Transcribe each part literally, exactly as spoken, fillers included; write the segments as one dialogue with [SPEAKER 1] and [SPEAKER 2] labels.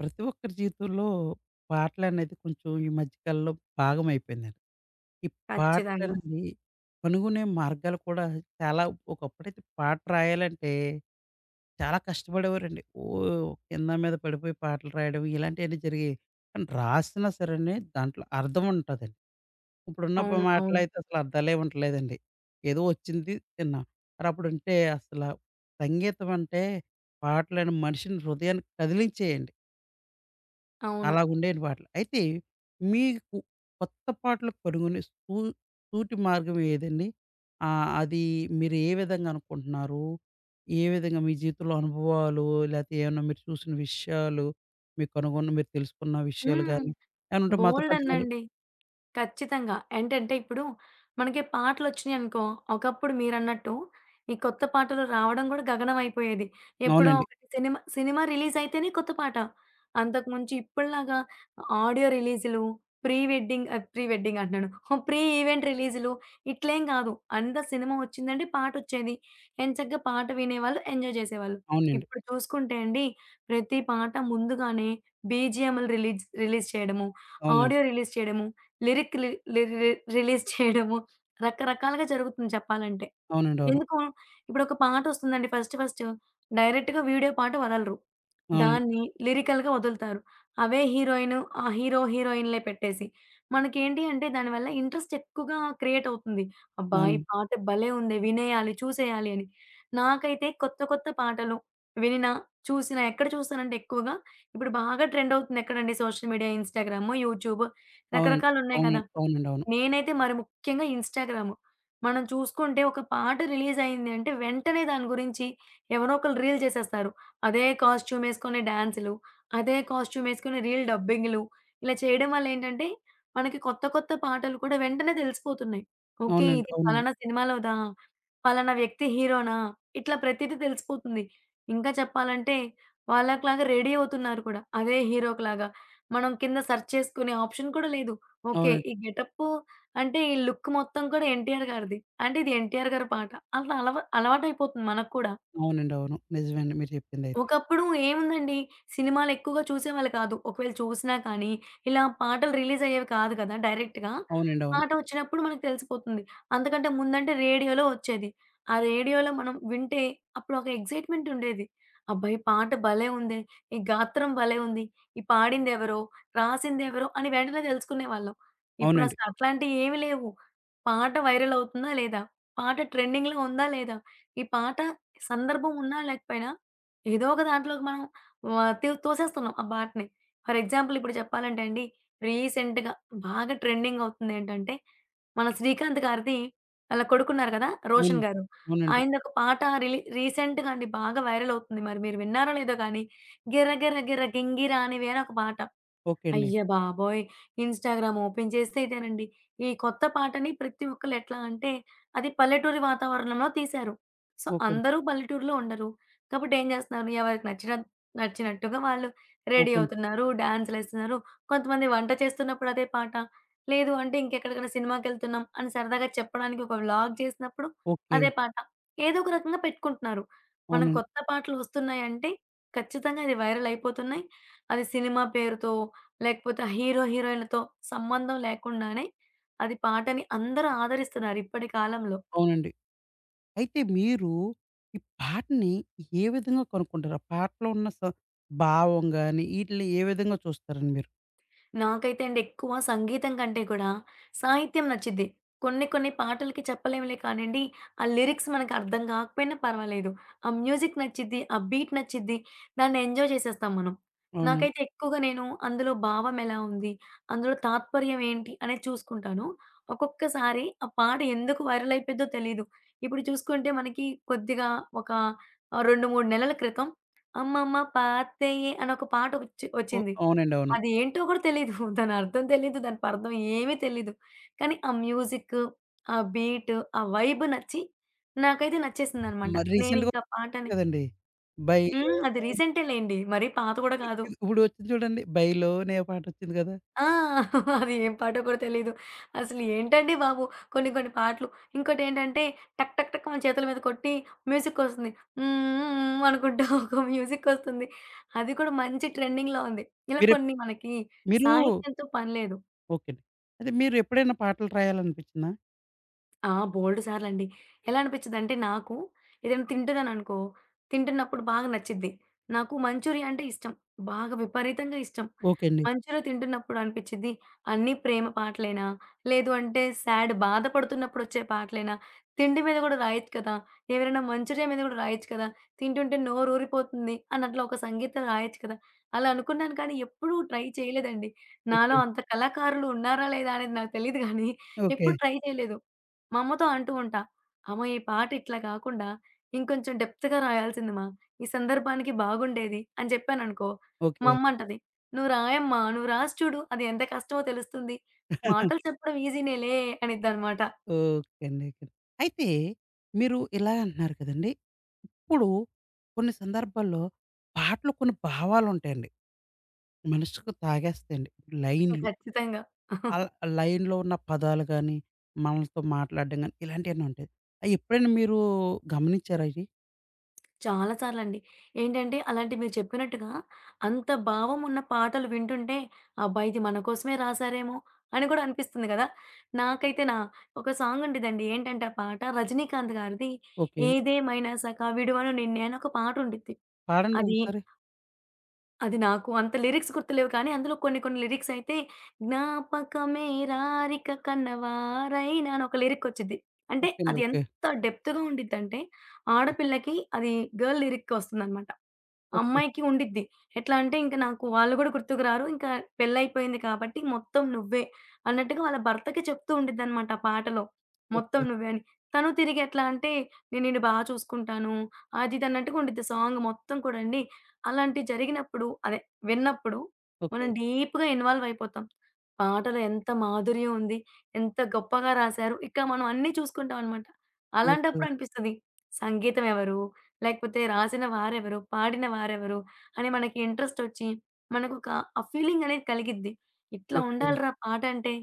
[SPEAKER 1] ప్రతి ఒక్కరి జీవితంలో పాటలనేది కొంచెం ఈ మధ్య కాలంలో భాగం అయిపోయిందండి. ఈ
[SPEAKER 2] ఖచ్చితంగా.
[SPEAKER 1] పాటలనేవి కనుగొనే మార్గాలు కూడా చాలా ఒకప్పుడైతే పాట రాయాలంటే చాలా కష్టపడేవారండి. ఓహ్! కింద మీద పడిపోయి పాటలు రాయడం ఇలాంటియన్నీ జరిగాయి. కానీ రాసినా సరేనే దాంట్లో అర్థం ఉంటదండి. ఇప్పుడున్న ప
[SPEAKER 2] అవును. అవును.
[SPEAKER 1] మాటలయితే అసలు అర్థాలే ఉండట్లేదండి. ఏదో వచ్చింది తిన్నాం. మరి అప్పుడంటే అసల సంగీతం అంటే పాటలని మనిషిని హృదయాన్ని కదిలించేయండి.
[SPEAKER 2] అవును.
[SPEAKER 1] అలాగుండేవి పాటలు. అయితే మీకు కొత్త పాటలు కనుగొనే సూ సూటి మార్గం ఏదండి? ఆహ్, అది మీరు ఏ విధంగా అనుకుంటున్నారు? ఏ విధంగా మీ జీవితంలో అనుభవాలు లేతే ఏమన్నా మీరు చూసిన విషయాలు, మీరు కనుగొన్న మీరు తెలుసుకున్న విషయాలు
[SPEAKER 2] హ్మ్.
[SPEAKER 1] గాని, ఏమన్నా ఉంటే మాతో పంచగలరు?
[SPEAKER 2] బోలెడన్నండి. ఖచ్చితంగా. ఏంటంటే ఇప్పుడు మనకి పాటలొచ్చినియనుకో, ఒకప్పుడు మీరన్నట్టు ఈ కొత్త పాటలు రావడం గూడా గగనం అయిపోయేది. ఎప్పుడో
[SPEAKER 1] అవునండి.
[SPEAKER 2] ఒకటి సినిమా, సినిమా రిలీజయితేనే కొత్త పాట. అంతకుమించి ఇప్పటిలాగా ఆడియో రిలీజులు, ప్రీ వెడ్డింగ్ ఆహ్, ప్రీ వెడ్డింగ్ అంటున్నాను. ప్రీ ఈవెంట్ రిలీజులు ఇట్లేం గాదు. అంత సినిమా ఒచ్చిందంటే పాటొచ్చేది. ఎంచక్కా పాట వినేవాళ్ళు, ఎంజాయ్ జేసేవాళ్ళు.
[SPEAKER 1] అవునండి.
[SPEAKER 2] ఇప్పుడు చూసుకుంటే అండి, ప్రతి పాట ముందుగానే బీజీఎంలు రిలీజ్ రిలీజ్ చేయడము,
[SPEAKER 1] అవునండి.
[SPEAKER 2] ఆడియో రిలీజ్ చేయడము, లిరిక్ లి లి రి రిలీజ్ చేయడము రకరకాలుగా జరుగుతుంది చెప్పాలంటే.
[SPEAKER 1] అవునండి. అవును.
[SPEAKER 2] ఎందుకు? ఇప్పుడొక పాటొస్తుందండి ఫస్ట్ ఫస్ట్. డైరెక్ట్‌గా వీడియో పాట వదలరు.
[SPEAKER 1] అవునండి.
[SPEAKER 2] దాన్ని లిరికల్‌గా వదులుతారు. అవే హీరోయిన్, ఆ హీరో, హీరోయిన్‌లే పెట్టేసి. మనకేంటి అంటే దానివల్ల ఇంట్రెస్ట్ ఎక్కువగా క్రియేట్ అవుతుంది. అబ్బా! ఈ
[SPEAKER 1] అవునండి.
[SPEAKER 2] పాట భలే ఉంది. వినేయాలి, చూసేయాలి అని. నాకైతే కొత్త కొత్త పాటలు వినినా, చూసినా ఎక్కడ చూస్తానంటే ఎక్కువగా ఇప్పుడు బాగా ట్రెండ్ అవుతుంది ఎక్కడండి సోషల్ మీడియా, ఇన్‌స్టాగ్రాము, యూట్యూబ్
[SPEAKER 1] అవునండి.
[SPEAKER 2] రకరకాలున్నాయి కదా!
[SPEAKER 1] అవునండి. అవునండి. అవును.
[SPEAKER 2] నేనైతే మరి ముఖ్యంగా ఇన్‌స్టాగ్రాము. మనం చూసుకుంటే ఒక పాట రిలీజ్ అయింది అంటే వెంటనే దాని గురించి ఎవరో ఒకళ్ళు రీల్ చేసేస్తారు. అదే కాస్ట్యూమ్ యేసుకొని డాన్సులు, అదే కాస్ట్యూమ్ యేసుకొని రీల్ డబ్బింగులు. ఇలా చేయడం వల్ల ఏంటంటే మనకి కొత్త కొత్త పాటలు కూడా వెంటనే తెలిసిపోతున్నాయి. ఓకే.
[SPEAKER 1] అవునండి.
[SPEAKER 2] ఇది
[SPEAKER 1] అవునండి.
[SPEAKER 2] ఫలానా సినిమాలోదా? ఫలానా వ్యక్తి హీరోనా? ఇట్లా ప్రతీది తెలిసిపోతుంది. ఇంకా చెప్పాలంటే వాళ్ళకి లాగా రెడీ అవుతున్నారు కూడా. అదే హీరోకి లాగా. మనం కింద సెర్చ్ చేసుకునే ఆప్షన్ కూడా లేదు. ఓకే.
[SPEAKER 1] అవునండి.
[SPEAKER 2] ఈ గెటప్పు అంటే ఈ లుక్ మొత్తం కూడా ఎన్టీఆర్ గారిది. అంటే ఇది ఎన్టీఆర్ గారి పాట. అట్లా అలవా అలవాటయిపోతుంది మనకు కూడా.
[SPEAKER 1] అవునండి. అవును. నిజమే అండి మీరు చెప్పిందైతే.
[SPEAKER 2] ఒకప్పుడు ఏముందండి. సినిమాలెక్కువగా చూసేవాళ్ళు కాదు. ఒకవేళ చూసినా కానీ, ఇలా పాటలు రిలీజయ్యేవి కాదు కదా! డైరెక్ట్‌గా.
[SPEAKER 1] అవునండి. అవును.
[SPEAKER 2] పాట వచ్చినప్పుడు మనకు తెలిసిపోతుంది. అంతకంటే ముందంటే రేడియోలో వచ్చేది. ఆ రేడియోలో మనం వింటే అప్పుడు ఒక ఎక్సైట్‌మెంటుండేది. అబ్బా! ఈ పాట భలే ఉందే! ఈ గాత్రం భలే ఉంది! ఈ పాడిందెవరో? రాసిందెవరో? అని వెంటనే తెలుసుకునేవాళ్ళం.
[SPEAKER 1] అవునండి.
[SPEAKER 2] ఇప్పుడసలు అట్లాంటియేమి లేవు. పాట వైరల్ అవుతుందా లేదా? పాట ట్రెండింగ్‌లో ఉందా లేదా? ఈ పాట సందర్భం ఉన్నా లేకపోయినా ఏదో ఒక దాంట్లోకి మనం ఆహ్, తి తోసేస్తున్నాం ఆ పాటని. ఫర్ ఎగ్జాంపుల్ ఇప్పుడు చెప్పాలంటే అండి, రీసెంట్‌గా బాగా ట్రెండింగ్ అవుతుంది ఏంటంటే, మన 'శ్రీకాంత్' గారిది ఆళ్ళ కొడుకున్నారు కదా!
[SPEAKER 1] అవును.
[SPEAKER 2] 'రోషన్' గారు.
[SPEAKER 1] అవునండి.
[SPEAKER 2] ఆయనదొక పాట రిలీ రీసెంట్‌గా అండి బాగా వైరల్ అవుతుంది. మరి మీరు విన్నారో లేదో కానీ 'గిర్ర గిర్ర గిర్ర గింగిర' అని వేరొక పాట.
[SPEAKER 1] ఓకే అండి.
[SPEAKER 2] అయ్య బాబోయ్! ఇన్‌స్టాగ్రామ్ ఓపెన్ చేస్తే ఇదేనండి. ఈ కొత్త పాటని ప్రతి ఒక్కళ్ళు ఎట్లా అంటే, అది పల్లెటూరి వాతావరణంలో తీశారు. సో,
[SPEAKER 1] ఓకే అండి.
[SPEAKER 2] అందరూ పల్లెటూరులో ఉండరు. కాబట్టి ఏం చేస్తున్నారు, ఎవరికి నచ్చిన నచ్చినట్టుగా వాళ్ళు రెడీ
[SPEAKER 1] ఓకే అండి.
[SPEAKER 2] అవుతున్నారు, డాన్సులేస్తున్నారు. కొంతమంది వంట చేస్తున్నప్పుడు అదే పాట. లేదు అంటే ఇంకెక్కడికైనా సినిమాకెళ్తున్నాం అని సరదాగా చెప్పడానికి ఒక వ్లాగ్ చేసినప్పుడు
[SPEAKER 1] ఓకే.
[SPEAKER 2] అదే పాట. ఏదో ఒక రకంగా పెట్టుకుంటున్నారు. మనం
[SPEAKER 1] అవునండి.
[SPEAKER 2] కొత్త పాటలు వస్తున్నాయంటే ఖచ్చితంగా అది వైరల్ అయిపోతున్నాయి. అది సినిమా పేరుతో లేకపోతే హీరో, హీరోయిన్‌లతో సంబంధం లేకుండానే అది పాటని అందరూ ఆదరిస్తున్నారు ఇప్పటి కాలంలో.
[SPEAKER 1] అవునండి. అయితే మీరు ఈ పాటని ఏ విధంగా కనుక్కుంటారు? ఆ పాటలో ఉన్న స భావం గాని, ఈటిల్ని ఏ విధంగా చూస్తారండి మీరు?
[SPEAKER 2] నాకైతే అండి ఎక్కువ సంగీతం కంటే కూడా సాహిత్యం నచ్చిద్ది. కొన్ని కొన్ని పాటలకి చెప్పలేంలే కానియండి, ఆ లిరిక్స్ మనకు అర్థం కాకపోయినా పర్వాలేదు. ఆ మ్యూజిక్ నచ్చిద్ది, ఆ బీట్ నచ్చిద్ది. దాన్ని ఎంజాయ్ చేసేస్తాం మనం.
[SPEAKER 1] అవునండి.
[SPEAKER 2] నాకైతే ఎక్కువగా నేను అందులో భావం ఎలా ఉంది? అందులో తాత్పర్యం ఏంటి? అనేది చూసుకుంటాను. ఒక్కొక్కసారి ఆ పాట ఎందుకు వైరల్ అయిపోయిద్దో తెలీదు. ఇప్పుడు చూసుకుంటే మనకి కొద్దిగా ఒక ఆహ్, రెండు, మూడు నెలల క్రితం 'అమ్మమ్మ పాతేయే' అని ఒక పాట వచ్చి
[SPEAKER 1] ఓహ్!
[SPEAKER 2] వచ్చింది.
[SPEAKER 1] అవునండి. అవును.
[SPEAKER 2] అది ఏంటో గూడా తెలీదు. దాని అర్థం తెలీదు. దాని పర్థం ఏమీ తెలీదు. కానీ ఆ మ్యూజిక్, ఆ బీట్, ఆ వైబ్ నచ్చి నాకైతే నచ్చేసిందనమాట.
[SPEAKER 1] మరి రీసెంట్‌గా
[SPEAKER 2] నేనింక ఆ
[SPEAKER 1] వచ్చింది
[SPEAKER 2] పాటని
[SPEAKER 1] కదండీ!
[SPEAKER 2] హ్మ్. అది
[SPEAKER 1] 'బైలోనే'
[SPEAKER 2] రీసెంటే లెండి. మరీ పాత గూడా
[SPEAKER 1] ఇ
[SPEAKER 2] కాదు.
[SPEAKER 1] ఇప్పుడు వచ్చింది చూడండి. 'బైలోనే' పాటొచ్చింది కదా!
[SPEAKER 2] ఆ! అది ఏం పాటో కూడా తెలీదు. అసలు ఏంటండి బాబు! కొన్ని కొన్ని పాటలు. ఇంకోటేంటంటే టక్ టక్ టక్ మన చేతుల మీద కొట్టి మ్యూజికొస్తుంది. హ్మ్. అనుకుంటా ఒక మ్యూజికొస్తుంది. అది కూడా మంచి ట్రెండింగ్‌లో ఉంది. ఇలా
[SPEAKER 1] మీరెప్
[SPEAKER 2] కొన్ని మనకి
[SPEAKER 1] మీరు
[SPEAKER 2] సాహిత్యంతో పని లేదు.
[SPEAKER 1] ఓకే అండి. అదే మీరెప్పుడైనా పాటలు రాయాలనిపించిందా?
[SPEAKER 2] ఆ! బోలెడు సార్లండి. ఎలా అనిపిచ్చిదంటే నాకు ఏదైనా తింటున్నాననుకో, తింటున్నప్పుడు బాగా నచ్చిద్ది. నాకు మంచూరియా అంటే ఇష్టం. బాగా విపరీతంగా ఇష్టం.
[SPEAKER 1] ఓకే అండి.
[SPEAKER 2] మంచూరియా తింటున్నప్పుడు అనిపిచ్చిద్ది, అన్నీ ప్రేమ పాటలేనా? లేదు అంటే సాడ్ బాధపడుతున్నప్పుడొచ్చే పాటలేనా? తిండి మీద గూడా రాయొచ్చు కదా! ఎవరైనా మంచూరియా మీద గూడా రాయొచ్చు కదా! తింటుంటే నోరూరిపోతుంది అన్నట్లు ఒక సంగీతం రాయొచ్చు కదా! అలా అనుకున్నాను కానీ ఎప్పుడూ ట్రై చేయలేదండి. నాలో
[SPEAKER 1] ఓకే.
[SPEAKER 2] అంత కళాకారులు ఉన్నారా లేదా అనేది నాకు తెలీదు గానీ
[SPEAKER 1] ఓకే.
[SPEAKER 2] ఎప్పుడు ట్రై చేయలేదు. మా అమ్మతో అంటూ ఉంటా. "అమ్మ! ఈ పాట ఇట్లా కాకుండా ఇంకొంచెం డెప్త్‌గా రాయాల్సింది మా. ఈ సందర్భానికి బాగుండేది" అని చెప్పాననుకో, మా
[SPEAKER 1] ఓకే.
[SPEAKER 2] అమ్మ అంటది, "నువ్వు రాయమ్మా! నువ్వు రాసి చూడు. అది ఎంత కష్టమో తెలుస్తుంది. మాటలు చెప్పడం ఈజీనేలే" అనిద్దనమాట.
[SPEAKER 1] ఓకే అండి. ఓకే. అయితే మీరు ఇలా అంటున్నారు కదండీ! ఇప్పుడు కొన్ని సందర్భాల్లో పాటలు కొన్ని భావాలుంటాయండి. మనసుకు తాగేస్తాయండి. లైన్‌లు
[SPEAKER 2] ఖచ్చితంగా.
[SPEAKER 1] ఆహ్, లైన్‌లో ఉన్న పదాలు గాని, మనలతో మాట్లాడడం గాని ఇలాంటియన్నీ ఉంటాయి. అయి ఎప్పుడైనా మీరు గమనించారా ఇయి?
[SPEAKER 2] చాలా సార్లండి. ఏంటంటే అలాంటి మీరు చెప్పినట్టుగా అంత భావం ఉన్న పాటలు వింటుంటే, అబ్బా! ఇది మన కోసమే రాసారేమో అని కూడా అనిపిస్తుంది గదా! నాకైతే నా ఒక సాంగ్ ఉండిద్దండి. ఏంటంటే ఆ పాట రజనీకాంత్ గారిది
[SPEAKER 1] ఓకే.
[SPEAKER 2] 'ఏదేమైనా సఖా విడువను నిన్నే' అని ఒక పాట ఉండిద్ది.
[SPEAKER 1] పాడండి
[SPEAKER 2] అది
[SPEAKER 1] ఒకసారి.
[SPEAKER 2] అది నాకు అంత లిరిక్స్ గుర్తులేవు కానీ, అందులో కొన్ని కొన్ని లిరిక్సయితే జ్ఞాపకమే రారిక కన్నవారైనా అని ఒక లిరిక్కొచ్చిద్ది. అంటే
[SPEAKER 1] ఓకే అండి.
[SPEAKER 2] అది
[SPEAKER 1] ఓకే.
[SPEAKER 2] ఎంత డెప్త్‌గా ఉండిద్దంటే,
[SPEAKER 1] ఓకే.
[SPEAKER 2] ఆడపిల్లకి అది గర్ల్ లిరిక్ వస్తుందనమాట.
[SPEAKER 1] ఓకే.
[SPEAKER 2] అమ్మాయికి ఉండిద్ది. ఎట్లా అంటే ఇంక నాకు వాళ్ళు గూడా గుర్తుకు రారు. ఇంకా పెళ్లయిపోయింది కాబట్టి మొత్తం నువ్వే అన్నట్టుగా వాళ్ళ భర్తకి చెప్తూ ఉండిద్దనమాట ఆ పాటలో. మొత్తం
[SPEAKER 1] ఓకే.
[SPEAKER 2] నువ్వే అని. తను తిరిగి ఎట్లా అంటే నేను నిన్ను బా చూసుకుంటాను. అది ఇది అన్నట్టుగా ఉండిద్ది సాంగ్ మొత్తం కూడా అండి. అలాంటివి జరిగినప్పుడు అదే విన్నప్పుడు
[SPEAKER 1] ఓకే.
[SPEAKER 2] మనం డీప్‌గా ఇన్వాల్వ్ అయిపోతాం. పాటలో ఎంత మాధుర్యం ఉంది. ఎంత గొప్పగా రాశారు. ఇక మనం అన్నీ చూసుకుంటాం అనమాట.
[SPEAKER 1] ఓకే.
[SPEAKER 2] అలాంటప్పుడు అనిపిస్తది సంగీతం ఎవరు? లేకపోతే రాసిన వారెవరు, పాడిన వారెవరు అని మనకి ఇంట్రెస్టొచ్చి, మనకొక ఆ ఫీలింగనేది కలిగిద్ది. ఇట్లా
[SPEAKER 1] ఓకే.
[SPEAKER 2] ఉండాలిరా పాటంటే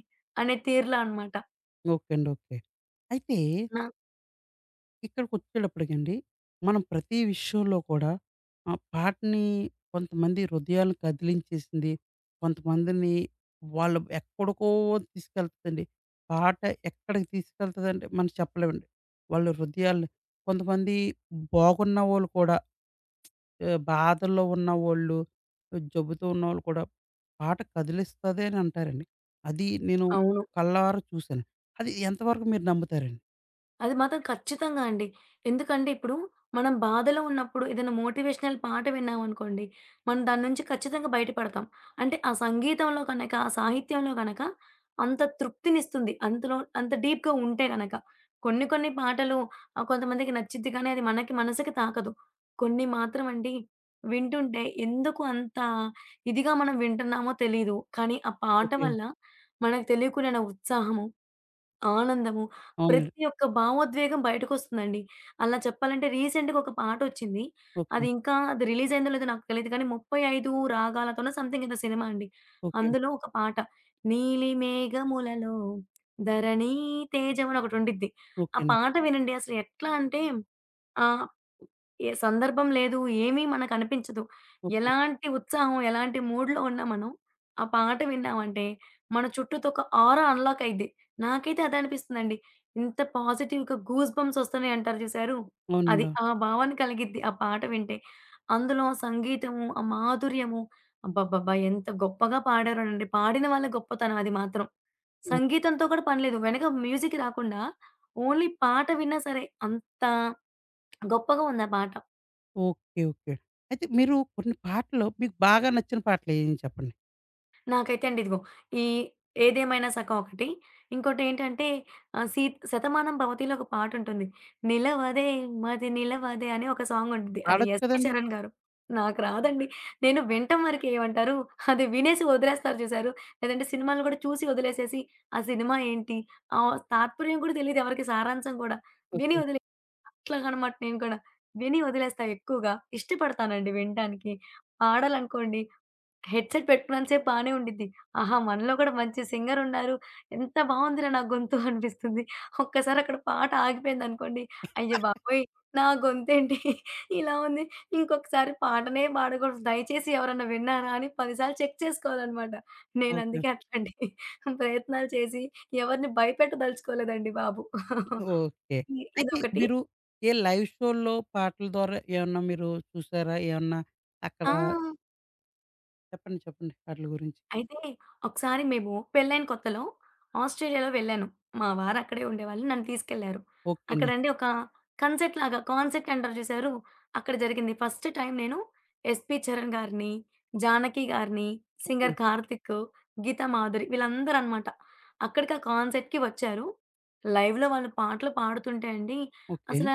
[SPEAKER 2] అనే తీరులో అనమాట.
[SPEAKER 1] ఓకే అండి. ఓకే. అయితే
[SPEAKER 2] నా
[SPEAKER 1] ఇక్కడికొచ్చేటప్పటికండి, మనం ప్రతి విషయంలో కూడా ఆహ్, పాటని కొంతమంది హృదయాలను కదిలించేసింది. కొంతమందిని వాళ్ళు ఎక్కడికో తీసుకెళ్తదండి. పాట ఎక్కడికి తీసుకెళ్తదంటే మనం చెప్పలేమండి. వాళ్ళ హృదయాల్ని కొంతమంది బాగున్నవోళ్ళు కూడా ఆహ్, బాధల్లో ఉన్నవోళ్ళు, జబ్బుతో ఉన్నోళ్ళు కూడా పాట కదిలిస్తది అని అంటారండి. అది నేను
[SPEAKER 2] అవును.
[SPEAKER 1] కళ్ళారా చూసాను. అది ఎంతవరకు మీరు నమ్ముతారండి?
[SPEAKER 2] అది మాత్రం ఖచ్చితంగా అండి. ఎందుకంటే ఇప్పుడు మనం బాధలో ఉన్నప్పుడు ఏదైనా మోటివేషనల్ పాట విన్నామనుకోండి, మనం దాని నుంచి ఖచ్చితంగా బయటపడతాం. అంటే ఆ సంగీతంలో గనక, ఆ సాహిత్యంలో గనక అంత తృప్తినిస్తుంది. అంతలో అంత డీప్‌గా ఉంటే గనక. కొన్ని కొన్ని పాటలు ఆహ్, కొంతమందికి నచ్చిద్ది కానీ అది మనకి మనసుకి తాకదు. కొన్ని మాత్రం అండి వింటుంటే ఎందుకు అంత ఇదిగా మనం వింటున్నామో తెలీదు. కానీ ఆ పాట
[SPEAKER 1] ఓకే.
[SPEAKER 2] వల్ల మనకు తెలియకున్న ఉత్సాహము, ఆనందము.
[SPEAKER 1] అవునండి.
[SPEAKER 2] ప్రతి ఒక్క భావోద్వేగం బయటకొస్తుందండి. అలా చెప్పాలంటే రీసెంట్‌గా ఒక పాటొచ్చింది. అది
[SPEAKER 1] ఓకే.
[SPEAKER 2] ఇంకా అది రిలీజ్ అయిందో లేదో నాకు తెలీదు కానీ ముప్పై ఐదు రాగాలతోనో సంథింగ్ ఏదో సినిమా అండి.
[SPEAKER 1] ఓకే.
[SPEAKER 2] అందులో ఒక పాట నీలి మేఘములలో ధరణి తేజం అని ఒకటుండిద్ది. ఆ
[SPEAKER 1] ఓకే అండి.
[SPEAKER 2] పాట వినండి అసలు ఎట్లా అంటే ఆ! ఏ సందర్భం లేదు. ఏమీ మనకనిపించదు.
[SPEAKER 1] ఓకే.
[SPEAKER 2] ఎలాంటి ఉత్సాహం, ఎలాంటి మూడ్‌లో ఉన్నా మనం ఆ పాట విన్నామంటే మన చుట్టూతో ఒక ఆరా అన్‌లాక్ అయిద్ది. నాకైతే అదే అనిపిస్తుందండి. ఇంత పాజిటివ్‌గా గూస్ బంప్స్ వస్తున్నాయి అంటారు చూసారు? అది
[SPEAKER 1] అవునండి. అవును.
[SPEAKER 2] ఆ భావన కలిగిద్ది ఆ పాట వింటే. అందులో ఆ సంగీతము, ఆ మాధుర్యము అబ్బబ్బబ్బా! ఎంత గొప్పగా పాడారోనండి. పాడిన వాళ్ళ గొప్పతనం అది మాత్రం.
[SPEAKER 1] ఓ
[SPEAKER 2] సంగీతంతో కూడా పని లేదు. వెనక మ్యూజిక్ రాకుండా ఓన్లీ పాట విన్నా సరే అం అంత గొప్పగా ఉంది ఆ పాట.
[SPEAKER 1] ఓకే. ఓకే. అయితే మీరు కొన్ని పాటలు మీకు బాగా నచ్చిన పాటలేయని చెప్పండి.
[SPEAKER 2] నాకైతే అండి ఇదిగో ఈ 'ఏదేమైనా సఖ' ఒకటి. ఇంకోటేంటంటే ఆహ్, సీ 'శతమానం భవతి'లో ఒక పాటుంటుంది. 'నిలవదే మది నిలవదే' అని ఒక సాంగ్ ఉంటుంది. అది
[SPEAKER 1] పాడొచ్చు
[SPEAKER 2] ఎస్‌పి
[SPEAKER 1] కదండీ!
[SPEAKER 2] చరణ్ గారు. నాకు రాదండి. నేను వినటం వరకే ఏమంటారు అది వినేసి వదిలేస్తారు చూసారు. లేదంటే సినిమాలు కూడా చూసి వదిలేసేసి ఆ సినిమా ఏంటి? ఆ తాత్పర్యం కూడా తెలీదు ఎవరికీ సారాంశం కూడా. విని
[SPEAKER 1] ఓకే.
[SPEAKER 2] వదిలే ఇట్లాగనమాట నేను కూడా. విని వదిలేస్తా ఎక్కువగా. ఇష్టపడతానండి వినటానికి. పాడాలనుకోండి హెడ్‌సెట్ పెట్టుకున్నంత సేపు బానే ఉండిద్ది. ఆహా! మనలో కూడా మంచి సింగర్ ఉన్నారు. ఎంత బావుందిరా నా గొంతు అనిపిస్తుంది. ఒక్కసారి అక్కడ పాట ఆగిపోయిందనుకోండి, అయ్య బాబోయ్! నా గొంతేంటి ఇలా ఉంది. ఇంకొకసారి పాటనే పాడకూడదు. దయచేసి ఎవరన్నా విన్నారా అని పది సార్లు చెక్ చేసుకోవాలనమాట.
[SPEAKER 1] ఓకే.
[SPEAKER 2] నేనందుకే అట్లాంటి ప్రయత్నాలు చేసి ఎవరిని భయపెట్టదలుచుకోలేదండి బాబు.
[SPEAKER 1] ఓకే.
[SPEAKER 2] ఇ
[SPEAKER 1] అయితే
[SPEAKER 2] ఇదొకటి.
[SPEAKER 1] మీరు ఏ లైవ్ షోల్లో పాటల ద్వారా ఏమన్నా మీరు చూసారా? ఏమన్నా అక్కడ
[SPEAKER 2] ఆ!
[SPEAKER 1] చెప్పండి. చెప్పండి. ఆటిల గురించి.
[SPEAKER 2] అయితే ఒకసారి మేము పెళ్ళైన కొత్తలో ఆస్ట్రేలియాలో వెళ్ళాను. మా వారు అక్కడే ఉండేవాళ్ళు. నన్ను తీసుకెళ్లారు.
[SPEAKER 1] ఓకే అండి.
[SPEAKER 2] అక్కడండి ఒక కన్సర్ట్ లాగా కాన్సర్ట్ అంటారు చూసారు? అక్కడ జరిగింది. ఫస్ట్ టైం నేను 'ఎస్‌పి చరణ్' గారిని, 'జానకి' గారిని,
[SPEAKER 1] ఓకే.
[SPEAKER 2] సింగర్ 'కార్తిక్', 'గీతా మాధురి' వీళ్ళందరూ అన్నమాట. అక్కడికి ఆ కాన్సర్ట్‌కి వచ్చారు. లైవ్‌లో వాళ్ళు పాటలు పాడుతుంటే అండి
[SPEAKER 1] ఓకే.
[SPEAKER 2] అసల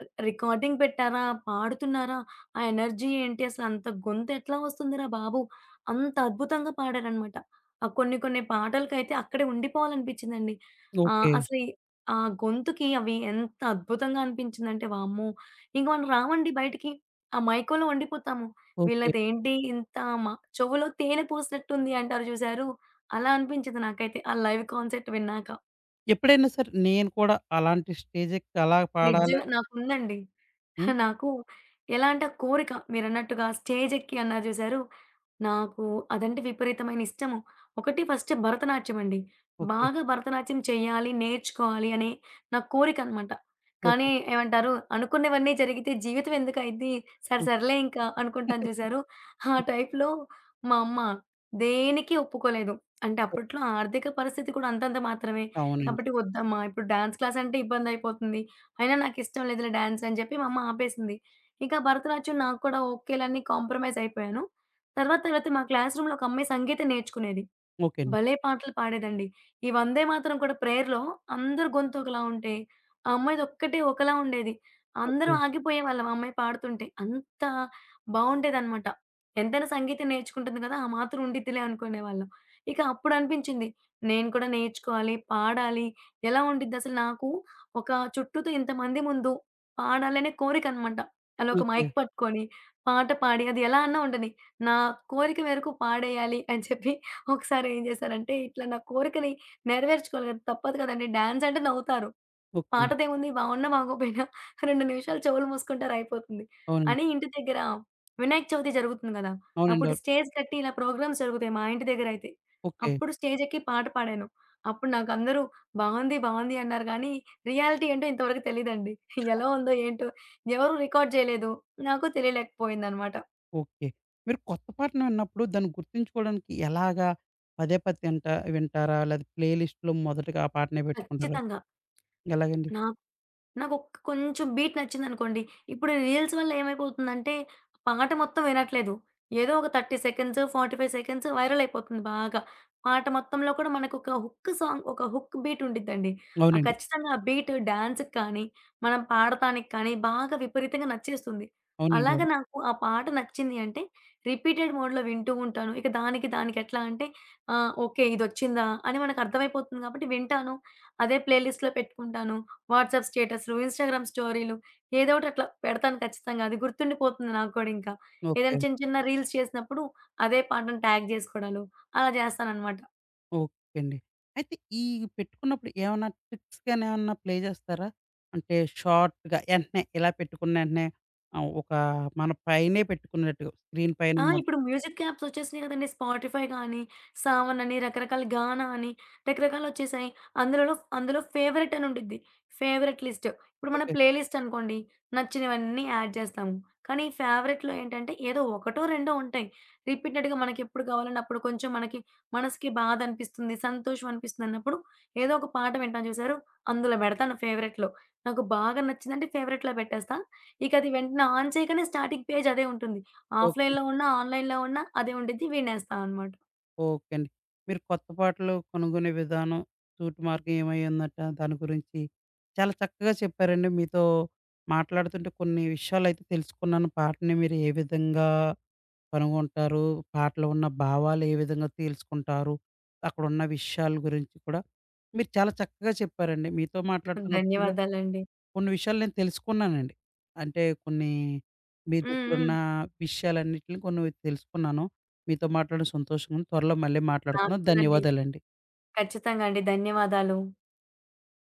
[SPEAKER 2] రి రికార్డింగ్ పెట్టారా? పాడుతున్నారా? ఆ ఎనర్జీ ఏంటి? అసలంత గొంతెట్లా వస్తుందిరా బాబు! అంత అద్భుతంగా పాడారనమాట. ఆ కొన్ని కొన్ని పాటలకైతే అక్కడే ఉండిపోవాలనిపించిందండి. ఆహ్,
[SPEAKER 1] ఓకే.
[SPEAKER 2] అసలు ఈ- ఆ గొంతుకి అవి ఎంత అద్భుతంగా అనిపించిందంటే వామ్మో! ఇంక మనం రామండి బయటికి. ఆ మైకంలో ఉండిపోతాము.
[SPEAKER 1] ఓకే.
[SPEAKER 2] వీళ్ళదేంటి ఇంత మ చెవులో తేనె పోసినట్టుంది అంటారు చూసారు? అలా అనిపించింది నాకైతే. ఆ లైవ్ కాన్సర్ట్ విన్నాక.
[SPEAKER 1] ఎప్పుడైనా సరే నేను కూడా అలాంటి స్టేజెక్కి అలా పాడాలి.
[SPEAKER 2] నిజంగా నాకుందండి.
[SPEAKER 1] హ్మ్.
[SPEAKER 2] నాకు ఎలా అంటే ఆ కోరిక మీరన్నట్టుగా స్టేజ్ ఎక్కి అన్నారు చూసారు. నాకు అదంటే విపరీతమైన ఇష్టము. ఒకటి ఫస్ట్ భరతనాట్యం అండి.
[SPEAKER 1] ఓకే.
[SPEAKER 2] బాగా భరతనాట్యం చేయాలి, నేర్చుకోవాలి అనే నా కోరికనమాట. కానీ
[SPEAKER 1] ఓకే.
[SPEAKER 2] ఏమంటారు అనుకున్నవన్నీ జరిగితే జీవితం ఎందుకయిద్ది? సరే
[SPEAKER 1] ఓకే.
[SPEAKER 2] సర్లే ఇంకా అనుకుంటాను చూసారు. ఆ టైప్‌లో మా అమ్మ దేనికి ఒప్పుకోలేదు. అంటే అప్పట్లో ఆర్థిక పరిస్థితి కూడా అంతంత మాత్రమే.
[SPEAKER 1] అవునండి.
[SPEAKER 2] కాబట్టి వద్దమ్మా ఇప్పుడు డాన్స్ క్లాస్ అంటే ఇబ్బందయిపోతుంది. అయినా నాకిష్టం లేదులే డాన్స్ అని చెప్పి మా అమ్మ ఆపేసింది. ఇంకా భరతనాట్యం నాకు కూడా ఓకేలన్నీ కాంప్రమైజ్ అయిపోయాను. తర్వాత తర్వాత మా క్లాస్ రూమ్‌లో ఒక అమ్మాయి సంగీతం నేర్చుకునేది.
[SPEAKER 1] ఓకే అండి.
[SPEAKER 2] భలే పాటలు పాడేదండి. ఈ వందేమాతరం కూడా ప్రేయర్‌లో అందరి గొంతు ఒకలా ఉంటే, ఆ అమ్మాయిదొక్కటే ఒకలా ఉండేది.
[SPEAKER 1] ఓకే.
[SPEAKER 2] అందరం ఆగిపోయేవాళ్ళం ఆ అమ్మాయి పాడుతుంటే. అంత బావుండేదనమాట. ఎంతైనా సంగీతం నేర్చుకుంటుంది కదా! ఆ మాత్రం ఉండిద్దిలే అనుకునేవాళ్ళం. ఇక అప్పుడనిపించింది, నేను కూడా నేర్చుకోవాలి, పాడాలి. ఎలా ఉండిద్దసలు నాకు ఒక చుట్టూతో ఇంతమంది ముందు పాడాలనే కోరికనమాట. అలా ఒక
[SPEAKER 1] ఓకే.
[SPEAKER 2] మైక్ పట్టుకొని, పాట పాడి అది ఎలా అన్నా ఉండని, నా కోరిక మేరకు పాడేయాలి అని చెప్పి ఒకసారి ఏం చేశారంటే, ఇట్లా నా కోరికని నెరవేర్చుకోవాలి కదా! తప్పదు కదండీ. డాన్స్ అంటే నవ్వుతారు.
[SPEAKER 1] ఓకే.
[SPEAKER 2] పాటదేముంది బావున్నా, బాగోపోయినా రెండు నిమిషాలు చెవులు మూసుకుంటారు అయిపోతుంది.
[SPEAKER 1] అవునండి.
[SPEAKER 2] అని ఇంటి దగ్గర వినాయక చవితి జరుగుతుంది గదా!
[SPEAKER 1] అవునండి.
[SPEAKER 2] అప్పుడు
[SPEAKER 1] అవును.
[SPEAKER 2] స్టేజ్ కట్టి ఇలా ప్రోగ్రామ్స్ జరుగుతాయి మా ఇంటి దగ్గరయితే.
[SPEAKER 1] ఓకే.
[SPEAKER 2] అప్పుడు స్టేజ్ ఎక్కి పాట పాడాను. అప్పుడు నాకందరూ బావుంది, బావుంది అన్నారు గానీ, రియాలిటీ ఏంటో ఇంతవరకు తెలీదండి. ఎలా ఉందో ఏంటో ఎవరు రికార్డ్ జేయలేదు. నాకు తెలియలేకపోయిందనమాట.
[SPEAKER 1] ఓకే. మీరు కొత్త పాటను విన్నప్పుడు దాన్ని గుర్తుంచుకోవడానికి ఎలాగా పదే పదే తింటా వింటారా? లేదా ప్లే లిస్ట్‌లో మొదటగా ఆ పాటనే పెట్టుకుంటారా?
[SPEAKER 2] ఖచ్చితంగా.
[SPEAKER 1] ఎలాగండి?
[SPEAKER 2] నాకు నాకొక్క కొంచెం బీట్ నచ్చిందనుకోండి, ఇప్పుడు రీల్స్ వల్ల ఏమైపోతుందంటే, పాట మొత్తం వినట్లేదు. ఏదో ఒక ముప్పై సెకండ్స్, నలభై ఐదు సెకండ్స్ వైరల్ అయిపోతుంది బాగా. పాట మొత్తంలో కూడా మనకొక హుక్ సాంగ్, ఒక హుక్ బీట్ ఉండిద్దండి. ఆ
[SPEAKER 1] అవునండి.
[SPEAKER 2] ఖచ్చితంగా ఆ బీట్ డాన్స్‌కి కానీ, మనం పాడటానికి కానీ బాగా విపరీతంగా నచ్చేస్తుంది.
[SPEAKER 1] అవునండి.
[SPEAKER 2] అలాగ
[SPEAKER 1] అవును.
[SPEAKER 2] నాకు ఆ పాట నచ్చింది అంటే, రిపీటెడ్ మోడ్‌లో వింటూ ఉంటాను. ఇక దానికి, దానికి ఎట్లా అంటే ఆహ్, ఓకే. ఇదొచ్చిందా అని మనకు అర్థమైపోతుంది కాబట్టి వింటాను. అదే ప్లే లిస్ట్‌లో పెట్టుకుంటాను. వాట్సాప్ స్టేటస్‌లు, ఇన్‌స్టాగ్రామ్ స్టోరీలు ఏదో ఒకటి అట్లా పెడతాను ఖచ్చితంగా. అది గుర్తుండిపోతుంది నాకు కూడా ఇంకా. ఏదైనా
[SPEAKER 1] ఓకే.
[SPEAKER 2] చిన్న చిన్న రీల్స్ చేసినప్పుడు అదే పాటను ట్యాగ్ జేసుకోవడాలు అలా జేస్తాననమాట.
[SPEAKER 1] ఓకే అండి. అయితే ఈ పెట్టుకున్నప్పుడు ఏమన్నా ట్రిక్స్ గాని ఏమన్నా ప్లే చేస్తారా? అంటే షార్ట్‌గా ఎంటనే ఇలా పెట్టుకున్న ఎంటనే ఆహ్, ఒక మన పైనే పెట్టుకున్నట్టుగా స్క్రీన్ పైన
[SPEAKER 2] ఆ!
[SPEAKER 1] మొద
[SPEAKER 2] ఇప్పుడు మ్యూజిక్ యాప్స్ వచ్చేసినాయి కదండీ. స్పాటిఫై గాని, సావన్ అని, రకరకాల గానా అని, రకరకాలొచ్చేసాయి. అందులోలో అందులో ఫేవరెట్ అని ఉండిద్ది. Favourite list. ఇప్పుడు మన
[SPEAKER 1] ఓకే.
[SPEAKER 2] ప్లే లిస్ట్ అనుకోండి. నచ్చినవన్నీ యాడ్ చేస్తాము. కానీ ఫేవరెట్‌లో ఏంటంటే ఏదో ఒకటో, రెండో ఉంటాయి. రిపీటెడ్‌గా మనకెప్పుడు కావాలన్నా అప్పుడు కొంచెం మనకి మనసుకి బాధ అనిపిస్తుంది, సంతోషం అనిపిస్తుంది అన్నప్పుడు ఏదో ఒక పాట వింటాను చూసారు? అందులో పెడతాను ఫేవరెట్‌లో. నాకు బాగా నచ్చిందంటే ఫేవరెట్‌లో పెట్టేస్తా. ఇక అది వెంటనే ఆన్ చేయగానే స్టార్టింగ్ పేజ్ అదే ఉంటుంది.
[SPEAKER 1] ఓకే.
[SPEAKER 2] ఆఫ్‌లైన్‌లో ఉన్నా, ఆన్‌లైన్‌లో ఉన్నా అదే ఉండిద్ది. వినేస్తా అనమాట.
[SPEAKER 1] ఓకే అండి. మీరు కొత్త పాటలు కనుగొనే విధానం, సూటి మార్గం ఏమయ్యిందట దాని గురించి చాలా చక్కగా చెప్పారండి. మీతో మాట్లాడుతుంటే కొన్ని విషయాలైతే తెలుసుకున్నాను. పాటని మీరు ఏ విధంగా కనుగొంటారు? పాటలో ఉన్న భావాలు ఏ విధంగా తేల్చుకుంటారు? అక్కడున్న విషయాల గురించి కూడా మీరు చాలా చక్కగా చెప్పారండి. మీతో మాట్లాడుతున్నప్పుడు కూడా
[SPEAKER 2] ధన్యవాదాలండి.
[SPEAKER 1] కొన్ని విషయాలు నేను తెలుసుకున్నానండి. అంటే కొన్ని మీ
[SPEAKER 2] హ్మ్.
[SPEAKER 1] దగ్గరున్న
[SPEAKER 2] హ్మ్.
[SPEAKER 1] విషయాలన్నిటిని కొన్ని తెలుసుకున్నాను. మీతో మాట్లాడడం సంతోషంగా ఉంది. త్వరలో మళ్ళీ
[SPEAKER 2] నాకు
[SPEAKER 1] మాట్లాడుకుందాం.
[SPEAKER 2] కూడా అండి.
[SPEAKER 1] ధన్యవాదాలండి.
[SPEAKER 2] ఖచ్చితంగా అండి. ధన్యవాదాలు.